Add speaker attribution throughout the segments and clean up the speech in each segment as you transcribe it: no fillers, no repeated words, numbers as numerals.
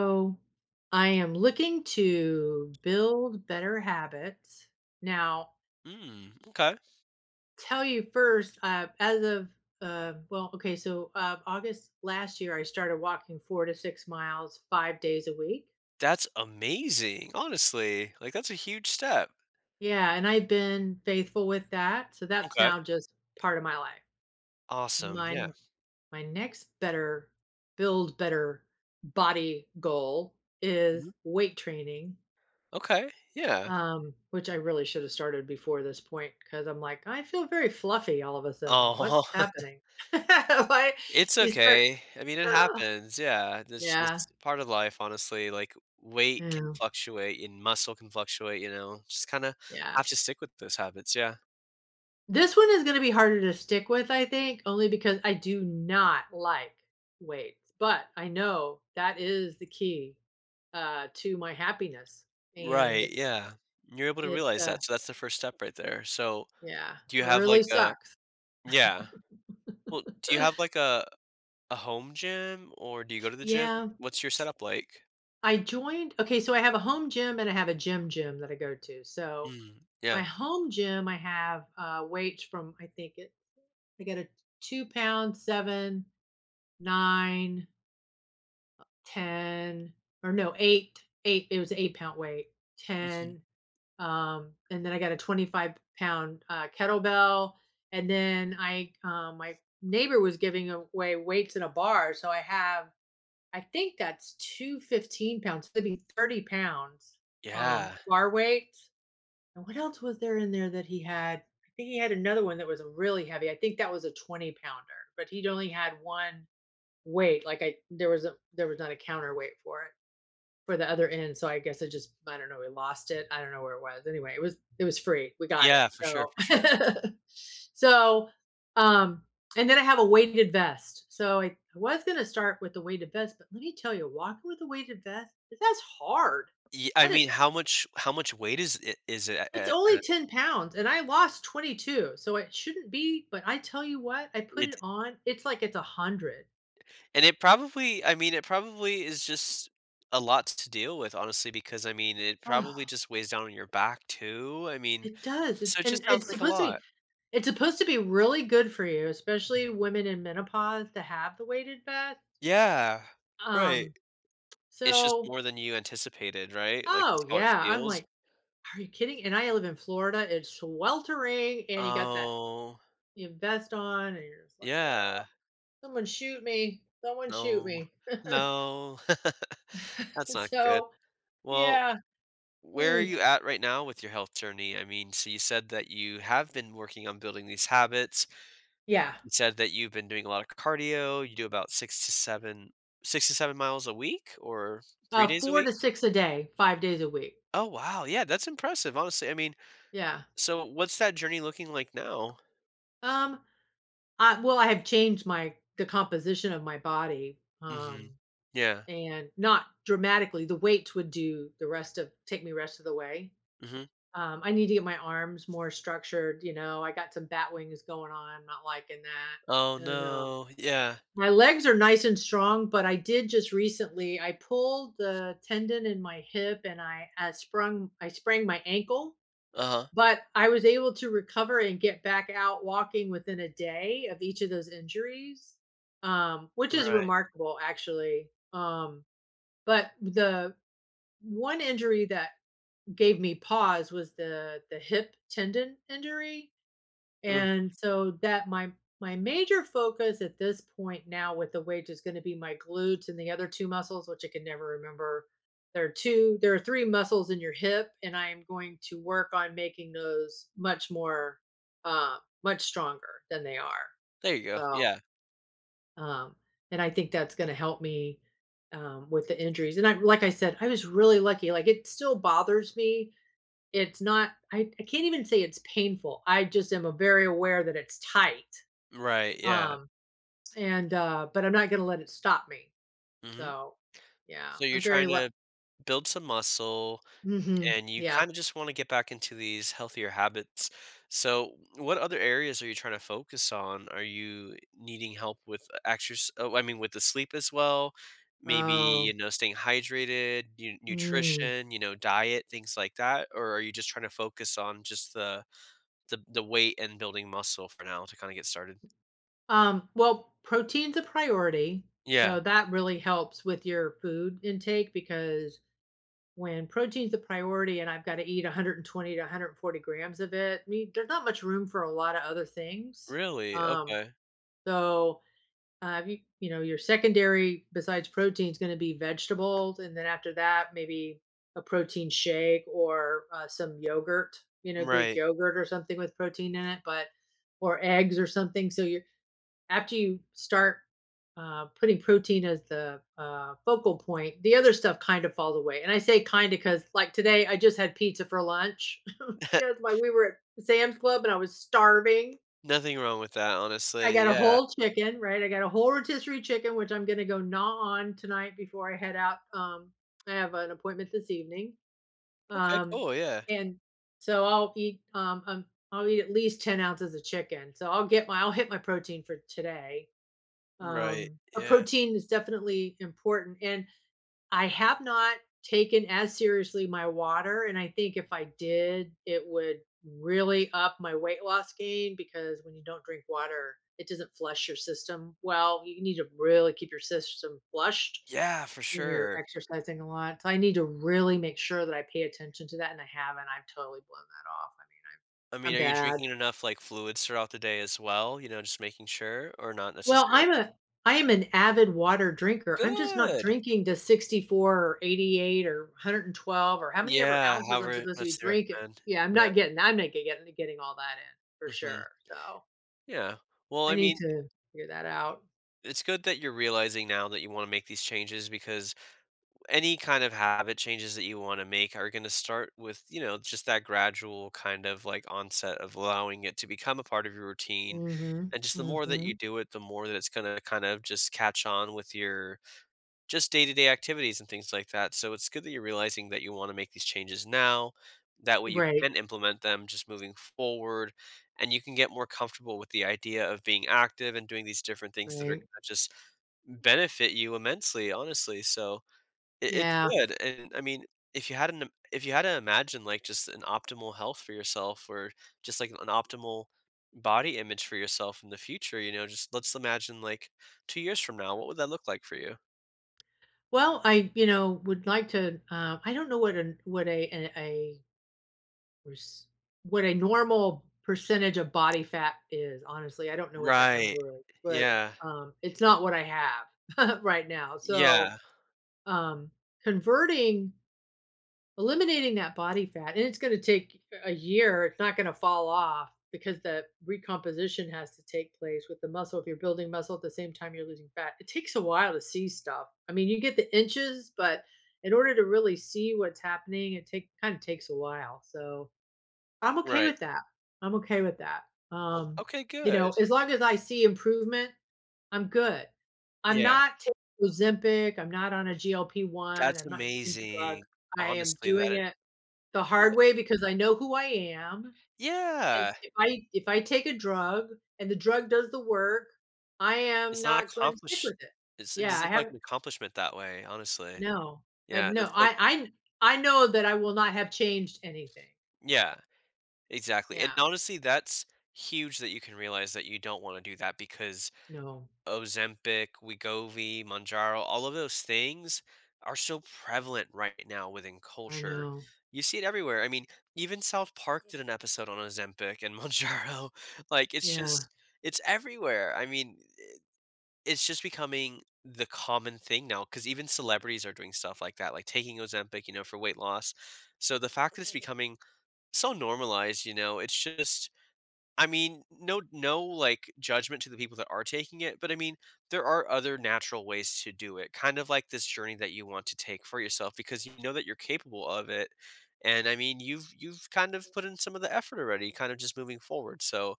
Speaker 1: So I am looking to build better habits. Now,
Speaker 2: Mm, okay.
Speaker 1: tell you first, as of, well, okay, so August last year, I started walking 4 to 6 miles 5 days a week.
Speaker 2: That's amazing, honestly. Like, that's a huge step.
Speaker 1: Yeah, and I've been faithful with that. So that's
Speaker 2: Okay.
Speaker 1: now just part of my life.
Speaker 2: Awesome,
Speaker 1: My
Speaker 2: yeah.
Speaker 1: my next better build better body goal
Speaker 2: Mhm.
Speaker 1: is weight training.
Speaker 2: Okay, yeah.
Speaker 1: Which I really should have started before this point, because 'cause I'm like, "I feel very fluffy all of a sudden. What's
Speaker 2: Oh,
Speaker 1: happening?" Why
Speaker 2: it's
Speaker 1: you start,
Speaker 2: okay. I mean, it
Speaker 1: uh,
Speaker 2: happens, yeah. That's
Speaker 1: yeah,
Speaker 2: just part of life, honestly. Like, weight can
Speaker 1: yeah,
Speaker 2: fluctuate and muscle can fluctuate, you know? Just kinda
Speaker 1: yeah.
Speaker 2: have to stick with those habits, yeah.
Speaker 1: This one is gonna be harder to stick with, I think, only because I do not like weights, but I know that is the key, to my happiness, and
Speaker 2: Right, yeah. You're able to
Speaker 1: it,
Speaker 2: realize
Speaker 1: uh
Speaker 2: that, so that's the first step right there. So,
Speaker 1: yeah,
Speaker 2: do you have,
Speaker 1: really
Speaker 2: like, a
Speaker 1: sucks.
Speaker 2: yeah. Well, do you have, like, a home gym or do you go to the gym?
Speaker 1: Yeah.
Speaker 2: What's your setup like?
Speaker 1: I joined Okay, so I have a home gym and I have a gym gym that I go to. So
Speaker 2: Mm,
Speaker 1: my
Speaker 2: yeah.
Speaker 1: home gym, I have weights from I think it I got a 2 pound, seven, nine, ten, or no, eight, eight, it was 8 pound weight,
Speaker 2: Mhm.
Speaker 1: ten. And then I got a 25 pound kettlebell. And then I my neighbor was giving away weights in a bar. So I think that's two 15 pounds, maybe 30 pounds,
Speaker 2: Yeah.
Speaker 1: bar weight. And what else was there in there that he had? I think he had another one that was really heavy. I think that was a 20 pounder, but he'd only had one weight. Like I, there was a, there was not a counterweight for it for the other end. So I guess I don't know, we lost it. I don't know where it was. Anyway, it was free. We got it.
Speaker 2: Yeah, for sure, for sure.
Speaker 1: So so um and then I have a weighted vest. So I was gonna start with the weighted vest, but let me tell you, walking with a weighted vest, that's hard.
Speaker 2: Ye I
Speaker 1: That
Speaker 2: mean,
Speaker 1: is
Speaker 2: how much weight is it, a
Speaker 1: It's
Speaker 2: a
Speaker 1: only 10 pounds and I lost 22. So it shouldn't be, but I tell you what, I put
Speaker 2: it
Speaker 1: it on. It's like it's 100.
Speaker 2: and it probably, I mean, it probably is just a lot to deal with, honestly, because, I mean, it probably just weighs down on your back too, I mean,
Speaker 1: It does, it
Speaker 2: so it just
Speaker 1: and
Speaker 2: sounds
Speaker 1: it's
Speaker 2: like a
Speaker 1: supposed to
Speaker 2: lot.
Speaker 1: be it's supposed to be really good for you, especially women in menopause to have the weighted bath,
Speaker 2: Yeah, right.
Speaker 1: um,
Speaker 2: It's just
Speaker 1: so
Speaker 2: more than you anticipated, right? Like, just
Speaker 1: oh,
Speaker 2: how it
Speaker 1: yeah, I'm
Speaker 2: feels.
Speaker 1: like, "Are you kidding?" And I live in Florida, it's sweltering, and you got that
Speaker 2: Oh,
Speaker 1: your vest on, and you're just like, "Oh,
Speaker 2: yeah.
Speaker 1: someone shoot me, someone shoot
Speaker 2: No.
Speaker 1: me."
Speaker 2: No. That's not good.
Speaker 1: So,
Speaker 2: Well,
Speaker 1: yeah,
Speaker 2: where are
Speaker 1: mm,
Speaker 2: you at right now with your health journey? I mean, so you said that you have been working on building these habits.
Speaker 1: yeah,
Speaker 2: You said that you've been doing a lot of cardio. You do about six to seven miles a week or three days a
Speaker 1: 4
Speaker 2: week.
Speaker 1: to 6 a day, 5 days a week,
Speaker 2: Oh, wow. Yeah, that's impressive, honestly. I mean,
Speaker 1: yeah,
Speaker 2: so what's that journey looking like now?
Speaker 1: um I well, I have changed my the composition of my body,
Speaker 2: Hmm. Yeah.
Speaker 1: and not dramatically. The weights would do the rest of take me rest of the way.
Speaker 2: Hmm.
Speaker 1: I need to get my arms more structured, you know, I got some bat wings going on, I'm not liking
Speaker 2: Oh,
Speaker 1: that, and,
Speaker 2: no. Yeah.
Speaker 1: my legs are nice and strong, but I did just recently I pulled the tendon in my hip and I sprained my ankle.
Speaker 2: Uh huh.
Speaker 1: But I was able to recover and get back out walking within a day of each of those injuries, which is
Speaker 2: Right.
Speaker 1: remarkable actually. But the one injury that gave me pause was the hip tendon injury,
Speaker 2: Mm.
Speaker 1: and so that my major focus at this point now with the weight is going to be my glutes and the other two muscles, which I can never remember. There are two, there are three muscles in your hip, and I am going to work on making those uh, much stronger than they are.
Speaker 2: There you go.
Speaker 1: So,
Speaker 2: Yeah.
Speaker 1: um, and I think that's going to help me with the injuries. And I, like I said, I was really lucky. Like, it still bothers me, it's not, I can't even say it's painful, I just am a very aware that it's tight,
Speaker 2: Right. Yeah.
Speaker 1: um, but I'm not gonna let it stop me,
Speaker 2: Hmm.
Speaker 1: so, yeah,
Speaker 2: So you're
Speaker 1: I'm very
Speaker 2: trying
Speaker 1: lu
Speaker 2: to build some muscle
Speaker 1: mhm,
Speaker 2: and you
Speaker 1: yeah.
Speaker 2: kind of just want to get back into these healthier habits. So what other areas are you trying to focus on? Are you needing help with exercise? Oh, I mean, with the sleep as well? Maybe,
Speaker 1: Oh,
Speaker 2: staying hydrated,
Speaker 1: mm.
Speaker 2: nutrition, diet, things like that? Or are you just trying to focus on just the, weight and building muscle for now to kind of get started?
Speaker 1: Well, protein's a priority,
Speaker 2: Yeah,
Speaker 1: so that really helps with your food intake because when protein's a priority and I've gotta eat 120 to 140 grams of it, I mean, there's not much room for a lot of other things,
Speaker 2: really?
Speaker 1: um,
Speaker 2: Okay.
Speaker 1: so your secondary besides protein is going to be vegetables, and then after that, maybe a protein shake or some yogurt, Greek
Speaker 2: Right.
Speaker 1: yogurt or something with protein in it, but or eggs or something. So you after you start putting protein as the focal point, the other stuff kind of falls away. And I say kind of because, like today, I just had pizza for lunch because like we were at Sam's Club and I was starving.
Speaker 2: Nothing wrong with that,
Speaker 1: I
Speaker 2: honestly.
Speaker 1: got a
Speaker 2: Yeah.
Speaker 1: whole chicken, right? I got a whole rotisserie chicken, which I'm gonna go gnaw on tonight before I head out. I have an appointment this evening.
Speaker 2: Okay,
Speaker 1: Um,
Speaker 2: cool, yeah.
Speaker 1: and so I'll eat at least 10 ounces of chicken. So I'll hit my protein for today.
Speaker 2: Right,
Speaker 1: But
Speaker 2: yeah.
Speaker 1: protein is definitely important. And I have not taken as seriously my water, and I think if I did, it would really up my weight loss gain because when you don't drink water, it doesn't flush your system well. You need to really keep your system flushed
Speaker 2: Yeah, for
Speaker 1: when you're
Speaker 2: sure.
Speaker 1: exercising a lot. So I need to really make sure that I pay attention to that, and I haven't. I've totally blown that off. I mean,
Speaker 2: I mean,
Speaker 1: I'm
Speaker 2: are you
Speaker 1: bad.
Speaker 2: drinking enough, like, fluids throughout the day as well, you know, just making sure, or not
Speaker 1: Well,
Speaker 2: necessarily?
Speaker 1: I am an avid water drinker. I'm just not
Speaker 2: Good.
Speaker 1: drinking to 64 or 88 or 112 or how many ever
Speaker 2: Yeah,
Speaker 1: ounces I'm
Speaker 2: however
Speaker 1: supposed to be
Speaker 2: that's the
Speaker 1: drinking.
Speaker 2: recommend.
Speaker 1: Yeah, I'm
Speaker 2: Yeah,
Speaker 1: not getting I'm not getting getting all that in for
Speaker 2: mhm,
Speaker 1: sure. So
Speaker 2: yeah. Well,
Speaker 1: I
Speaker 2: I
Speaker 1: need
Speaker 2: mean,
Speaker 1: to figure that out.
Speaker 2: it's good that you're realizing now that you wanna make these changes, because any kind of habit changes that you want to make are going to start with, you know, just that gradual kind of like onset of allowing it to become a part of your routine.
Speaker 1: Hmm.
Speaker 2: And just the more that you
Speaker 1: Hmm.
Speaker 2: do it, the more that it's going to kind of just catch on with your just day-to-day activities and things like that. So it's good that you're realizing that you want to make these changes now, that way you
Speaker 1: Right.
Speaker 2: can implement them just moving forward, and you can get more comfortable with the idea of being active and doing these different things that are going
Speaker 1: Right.
Speaker 2: to just benefit you immensely, honestly. So it's
Speaker 1: Yeah.
Speaker 2: good, and I mean, if you had to imagine, like, just an optimal health for yourself or just, like, an optimal body image for yourself in the future, you know, just let's imagine, like, 2 years from now, what would that look like for you?
Speaker 1: Well, I would like to. I don't know what a Where's what a normal percentage of body fat is, honestly, I don't know what that
Speaker 2: Right.
Speaker 1: number is, but,
Speaker 2: Yeah.
Speaker 1: it's not what I have right now, so,
Speaker 2: Yeah.
Speaker 1: um, converting eliminating that body fat, and it's gonna take a year, it's not gonna fall off because the recomposition has to take place with the muscle, if you're building muscle at the same time you're losing fat, it takes a while to see stuff, I mean, you get the inches, but in order to really see what's happening, it take kinda takes a while, so, I'm okay
Speaker 2: Right.
Speaker 1: with that. I'm okay with that. Um,
Speaker 2: Okay, good.
Speaker 1: as long as I see improvement, I'm good. I'm
Speaker 2: Yeah.
Speaker 1: not taking Ozempic, I'm not on a GLP-1,
Speaker 2: That's
Speaker 1: I'm not taking drugs.
Speaker 2: amazing.
Speaker 1: I am
Speaker 2: Honestly, that
Speaker 1: doing
Speaker 2: it
Speaker 1: it the
Speaker 2: yeah.
Speaker 1: hard way because I know who I am, and
Speaker 2: Yeah.
Speaker 1: if I take a drug and the drug does the work, I am
Speaker 2: It's not
Speaker 1: not going to stick
Speaker 2: accomplish
Speaker 1: with it.
Speaker 2: it's it
Speaker 1: Yeah, I
Speaker 2: doesn't feel like
Speaker 1: haven't,
Speaker 2: an accomplishment that way, honestly.
Speaker 1: no.
Speaker 2: Yeah,
Speaker 1: No,
Speaker 2: that's like
Speaker 1: I know that I will not have changed anything.
Speaker 2: yeah. Exactly, and
Speaker 1: Yeah.
Speaker 2: honestly, that's huge that you can realize that you don't wanna do that, because
Speaker 1: No.
Speaker 2: Ozempic, Wegovy, Mounjaro, all of those things are so prevalent right now within
Speaker 1: I
Speaker 2: culture.
Speaker 1: know.
Speaker 2: You see it everywhere, I mean, even South Park did an episode on Ozempic and Mounjaro, like, it's just
Speaker 1: Yeah.
Speaker 2: it's everywhere, I mean, it's just becoming the common thing now because even celebrities are doing stuff like that, like taking Ozempic, you know, for weight loss. So the fact that it's, mhm, becoming so normalized, you know, it's just, I mean, no, no, like, judgment to the people that are taking it, but I mean, there are other natural ways to do it, kind of like this journey that you want to take for yourself because you know that you're capable of it, and I mean, you've kind of put in some of the effort already, kind of just moving forward, so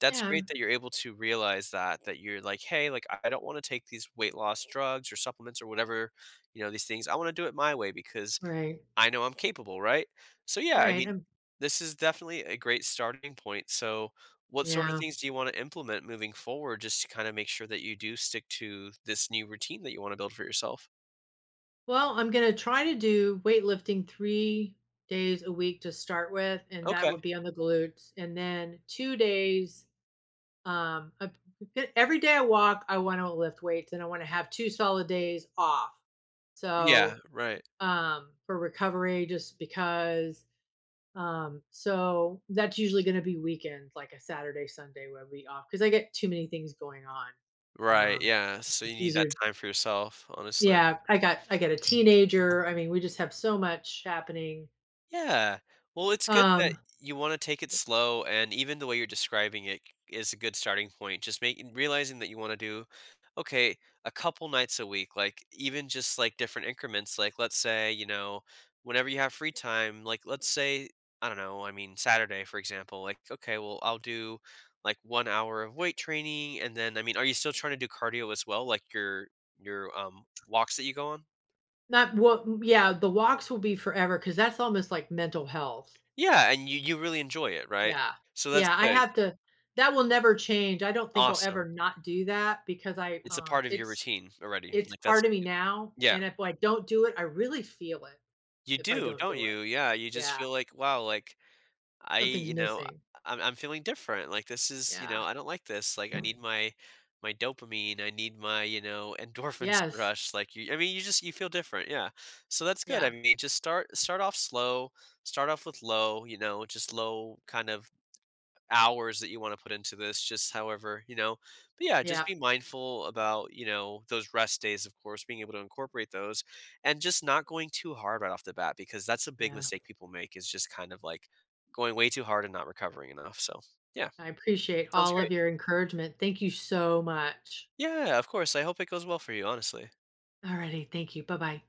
Speaker 2: that's
Speaker 1: Yeah.
Speaker 2: great that you're able to realize that, that you're like, "Hey, like, I don't wanna take these weight loss drugs or supplements or whatever, you know, these things. I wanna do it my way because
Speaker 1: Right.
Speaker 2: I know I'm capable, right? So yeah, I
Speaker 1: Right.
Speaker 2: mean, this is definitely a great starting point. So what sort of
Speaker 1: Yeah.
Speaker 2: things do you want to implement moving forward just to kind of make sure that you do stick to this new routine that you want to build for yourself?
Speaker 1: Well, I'm going to try to do weightlifting 3 days a week to start with, and that
Speaker 2: Okay.
Speaker 1: would be on the glutes. And then 2 days, um, I- every day I walk, I want to lift weights and I want to have two solid days off.
Speaker 2: Yeah,
Speaker 1: So,
Speaker 2: right.
Speaker 1: for recovery, just because, so that's usually going to be weekends, like a Saturday, Sunday where we off because I get too many things going on.
Speaker 2: Right,
Speaker 1: Um,
Speaker 2: yeah. So you
Speaker 1: it's
Speaker 2: need that
Speaker 1: easier.
Speaker 2: time for yourself, honestly.
Speaker 1: Yeah, I got a teenager. I mean, we just have so much happening.
Speaker 2: Yeah. Well, it's good that
Speaker 1: Um,
Speaker 2: you wanna take it slow, and even the way you're describing it is a good starting point. Just making realizing that you wanna do, okay, a couple nights a week, like, even just, like, different increments, like, let's say, you know, whenever you have free time, like, let's say, I don't know, I mean, Saturday, for example, like, okay, well, I'll do, like, 1 hour of weight training, and then, I mean, are you still trying to do cardio as well, like your walks that you go on?
Speaker 1: not what Yeah, the walks will be forever because that's almost like mental health.
Speaker 2: Yeah, and you really enjoy it, right?
Speaker 1: Yeah.
Speaker 2: So that's
Speaker 1: Yeah, I
Speaker 2: good.
Speaker 1: have to that will never change. I don't think I'll
Speaker 2: Awesome.
Speaker 1: ever not do that because I
Speaker 2: It's a part of your routine already,
Speaker 1: it's
Speaker 2: like, that's
Speaker 1: part of me now,
Speaker 2: yeah.
Speaker 1: and if I don't do it, I really feel it
Speaker 2: You
Speaker 1: if I
Speaker 2: do,
Speaker 1: don't
Speaker 2: don't
Speaker 1: do it.
Speaker 2: you? Yeah, you just
Speaker 1: Yeah.
Speaker 2: feel like, "Wow," like, "I,"
Speaker 1: Something's
Speaker 2: you know,
Speaker 1: missing.
Speaker 2: I- "I'm feeling different," like, "This is," you know,
Speaker 1: Yeah.
Speaker 2: "I don't like this," like, "I need my dopamine, I need my," you know, "endorphins
Speaker 1: Yes.
Speaker 2: rush," like, you I mean, you just you feel different, yeah. So that's good, I
Speaker 1: Yeah.
Speaker 2: mean, just start off slow, start off with low, you know, just low kind of hours that you want to put into this, just however, you know. But yeah, just
Speaker 1: Yeah.
Speaker 2: be mindful about, you know, those rest days, of course, being able to incorporate those, and just not going too hard right off the bat, because that's a big
Speaker 1: Yeah.
Speaker 2: mistake people make, is just kind of like going way too hard and not recovering enough. So yeah,
Speaker 1: I appreciate
Speaker 2: sounds
Speaker 1: all of
Speaker 2: great.
Speaker 1: your encouragement. Thank you so much.
Speaker 2: Yeah, of course. I hope it goes well for you, honestly.
Speaker 1: Alrighty. Thank you. Bye bye.